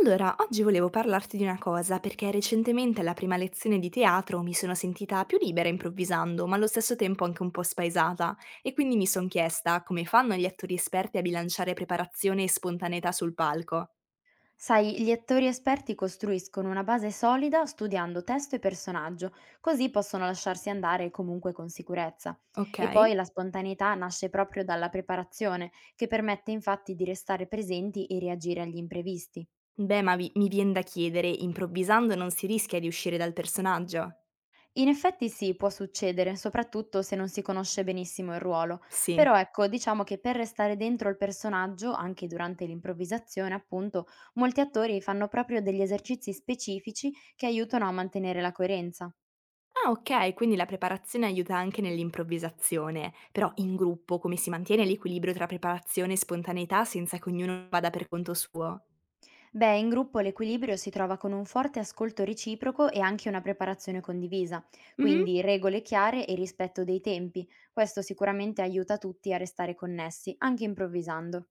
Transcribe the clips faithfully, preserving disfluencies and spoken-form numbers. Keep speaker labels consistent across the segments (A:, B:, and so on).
A: Allora, oggi volevo parlarti di una cosa, perché recentemente alla prima lezione di teatro mi sono sentita più libera improvvisando, ma allo stesso tempo anche un po' spaesata, e quindi mi sono chiesta come fanno gli attori esperti a bilanciare preparazione e spontaneità sul palco.
B: Sai, gli attori esperti costruiscono una base solida studiando testo e personaggio, così possono lasciarsi andare comunque con sicurezza.
A: Ok.
B: E poi la spontaneità nasce proprio dalla preparazione, che permette infatti di restare presenti e reagire agli imprevisti.
A: Beh, ma vi- mi viene da chiedere, improvvisando non si rischia di uscire dal personaggio?
B: In effetti sì, può succedere, soprattutto se non si conosce benissimo il ruolo,
A: Sì.
B: però ecco, diciamo che per restare dentro il personaggio, anche durante l'improvvisazione appunto, molti attori fanno proprio degli esercizi specifici che aiutano a mantenere la coerenza.
A: Ah, ok, quindi la preparazione aiuta anche nell'improvvisazione, però in gruppo come si mantiene l'equilibrio tra preparazione e spontaneità senza che ognuno vada per conto suo?
B: Beh, in gruppo l'equilibrio si trova con un forte ascolto reciproco e anche una preparazione condivisa,
A: Mh-mh.
B: quindi regole chiare e rispetto dei tempi. Questo sicuramente aiuta tutti a restare connessi, anche improvvisando.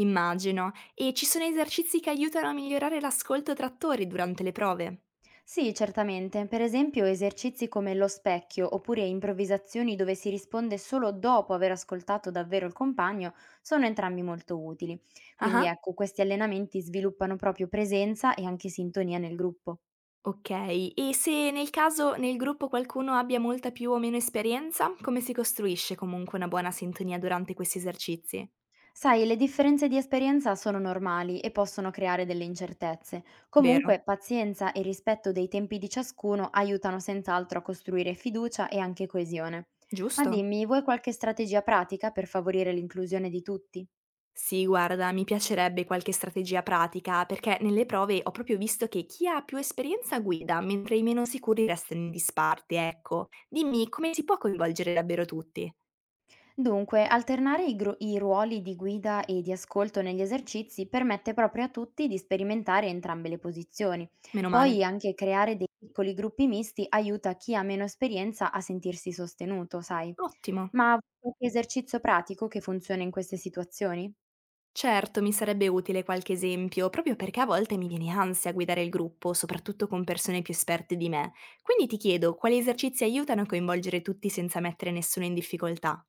A: Immagino. E ci sono esercizi che aiutano a migliorare l'ascolto tra attori durante le prove?
B: Sì, certamente, per esempio esercizi come lo specchio oppure improvvisazioni dove si risponde solo dopo aver ascoltato davvero il compagno sono entrambi molto utili. Quindi
A: Ah-ah,
B: ecco, questi allenamenti sviluppano proprio presenza e anche sintonia nel gruppo.
A: okay. E se nel caso nel gruppo qualcuno abbia molta più o meno esperienza, come si costruisce comunque una buona sintonia durante questi esercizi?
B: Sai, le differenze di esperienza sono normali e possono creare delle incertezze.
A: Vero,
B: Comunque, pazienza e rispetto dei tempi di ciascuno aiutano senz'altro a costruire fiducia e anche coesione. Ma
A: giusto?
B: dimmi, vuoi qualche strategia pratica per favorire l'inclusione di tutti?
A: Sì, guarda, mi piacerebbe qualche strategia pratica, perché nelle prove ho proprio visto che chi ha più esperienza guida, mentre i meno sicuri restano in disparte, ecco. Dimmi come si può coinvolgere davvero tutti?
B: Dunque, alternare i, gru- i ruoli di guida e di ascolto negli esercizi permette proprio a tutti di sperimentare entrambe le posizioni.
A: Meno male.
B: Poi anche creare dei piccoli gruppi misti aiuta chi ha meno esperienza a sentirsi sostenuto, sai.
A: Ottimo.
B: Ma vuoi qualche esercizio pratico che funziona in queste situazioni?
A: Certo, mi sarebbe utile qualche esempio, proprio perché a volte mi viene ansia guidare il gruppo, soprattutto con persone più esperte di me. Quindi ti chiedo, quali esercizi aiutano a coinvolgere tutti senza mettere nessuno in difficoltà?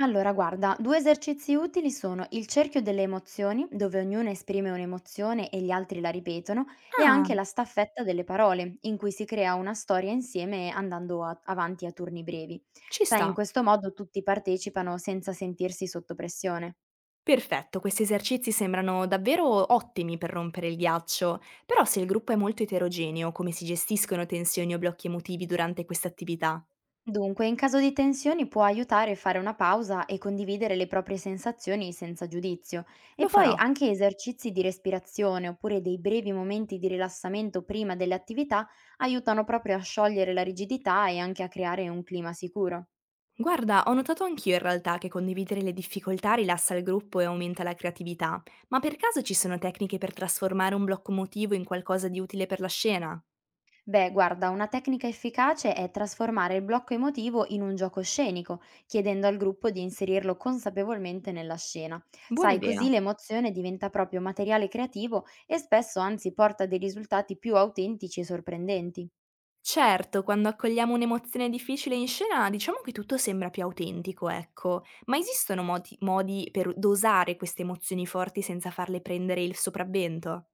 B: Allora, guarda, due esercizi utili sono il cerchio delle emozioni, dove ognuno esprime un'emozione e gli altri la ripetono, e
A: Ah,
B: anche la staffetta delle parole, in cui si crea una storia insieme andando a- avanti a turni brevi.
A: ci
B: Sai, in
A: sta.
B: questo modo tutti partecipano senza sentirsi sotto pressione.
A: Perfetto, questi esercizi sembrano davvero ottimi per rompere il ghiaccio, però se il gruppo è molto eterogeneo, come si gestiscono tensioni o blocchi emotivi durante queste attività?
B: Dunque, in caso di tensioni può aiutare a fare una pausa e condividere le proprie sensazioni senza giudizio. E
A: Lo
B: poi
A: farò.
B: anche esercizi di respirazione oppure dei brevi momenti di rilassamento prima delle attività aiutano proprio a sciogliere la rigidità e anche a creare un clima sicuro.
A: Guarda, ho notato anch'io in realtà che condividere le difficoltà rilassa il gruppo e aumenta la creatività, ma per caso ci sono tecniche per trasformare un blocco emotivo in qualcosa di utile per la scena?
B: Beh, guarda, una tecnica efficace è trasformare il blocco emotivo in un gioco scenico, chiedendo al gruppo di inserirlo consapevolmente nella scena.
A: Buona
B: Sai, così
A: idea.
B: l'emozione diventa proprio materiale creativo e spesso anzi porta a dei risultati più autentici e sorprendenti.
A: Certo, quando accogliamo un'emozione difficile in scena, diciamo che tutto sembra più autentico, ecco, ma esistono modi, modi per dosare queste emozioni forti senza farle prendere il sopravvento?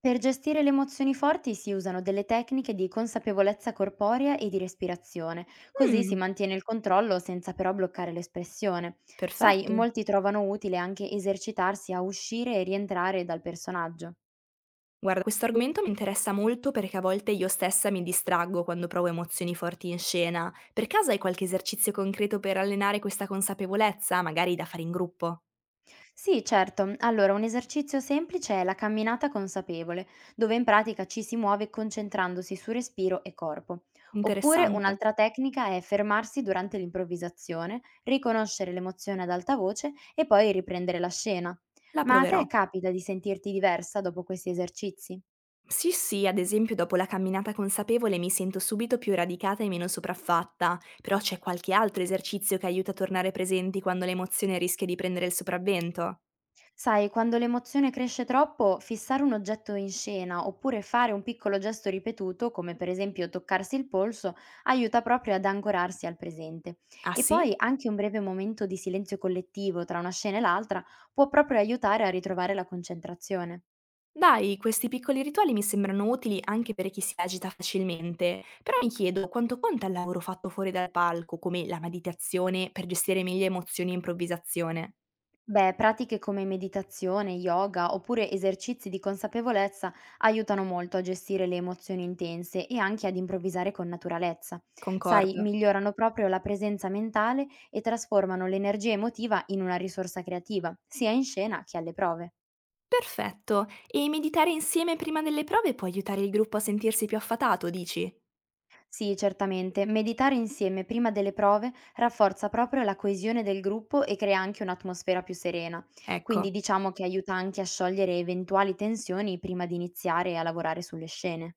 B: Per gestire le emozioni forti si usano delle tecniche di consapevolezza corporea e di respirazione, così si
A: Mmm,
B: mantiene il controllo senza però bloccare l'espressione. Sai,
A: perfetto.
B: molti trovano utile anche esercitarsi a uscire e rientrare dal personaggio.
A: Guarda, questo argomento mi interessa molto perché a volte io stessa mi distraggo quando provo emozioni forti in scena. Per caso hai qualche esercizio concreto per allenare questa consapevolezza, magari da fare in gruppo?
B: Sì, certo. Allora, un esercizio semplice è la camminata consapevole, dove in pratica ci si muove concentrandosi su respiro e corpo. Oppure
A: Interessante.
B: un'altra tecnica è fermarsi durante l'improvvisazione, riconoscere l'emozione ad alta voce e poi riprendere la scena.
A: La
B: Ma a
A: proverò.
B: te capita di sentirti diversa dopo questi esercizi?
A: Sì, sì, ad esempio dopo la camminata consapevole mi sento subito più radicata e meno sopraffatta, però c'è qualche altro esercizio che aiuta a tornare presenti quando l'emozione rischia di prendere il sopravvento?
B: Sai, quando l'emozione cresce troppo, fissare un oggetto in scena oppure fare un piccolo gesto ripetuto, come per esempio toccarsi il polso, aiuta proprio ad ancorarsi al presente.
A: Ah
B: E poi
A: sì?
B: anche un breve momento di silenzio collettivo tra una scena e l'altra può proprio aiutare a ritrovare la concentrazione.
A: Dai, questi piccoli rituali mi sembrano utili anche per chi si agita facilmente, però mi chiedo quanto conta il lavoro fatto fuori dal palco, come la meditazione, per gestire meglio emozioni e improvvisazione.
B: Beh, pratiche come meditazione, yoga oppure esercizi di consapevolezza aiutano molto a gestire le emozioni intense e anche ad improvvisare con naturalezza. Sai,
A: Concordo.
B: migliorano proprio la presenza mentale e trasformano l'energia emotiva in una risorsa creativa, sia in scena che alle prove.
A: Perfetto, e meditare insieme prima delle prove può aiutare il gruppo a sentirsi più affatato, dici?
B: Sì, certamente, meditare insieme prima delle prove rafforza proprio la coesione del gruppo e crea anche un'atmosfera più serena,
A: Ecco.
B: quindi diciamo che aiuta anche a sciogliere eventuali tensioni prima di iniziare a lavorare sulle scene.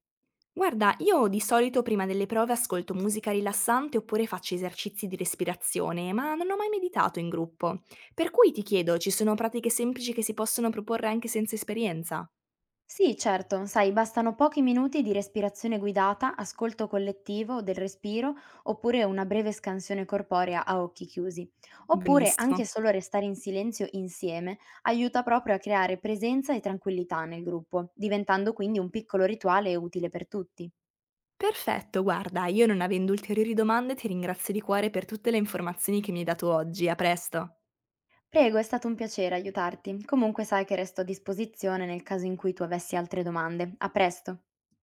A: Guarda, io di solito prima delle prove ascolto musica rilassante oppure faccio esercizi di respirazione, ma non ho mai meditato in gruppo. Per cui ti chiedo, ci sono pratiche semplici che si possono proporre anche senza esperienza?
B: Sì, certo, sai, bastano pochi minuti di respirazione guidata, ascolto collettivo del respiro, oppure una breve scansione corporea a occhi chiusi. Oppure
A: Benissimo.
B: anche solo restare in silenzio insieme aiuta proprio a creare presenza e tranquillità nel gruppo, diventando quindi un piccolo rituale utile per tutti.
A: Perfetto, guarda, io non avendo ulteriori domande ti ringrazio di cuore per tutte le informazioni che mi hai dato oggi. A presto.
B: Prego, è stato un piacere aiutarti. Comunque sai che resto a disposizione nel caso in cui tu avessi altre domande. A presto!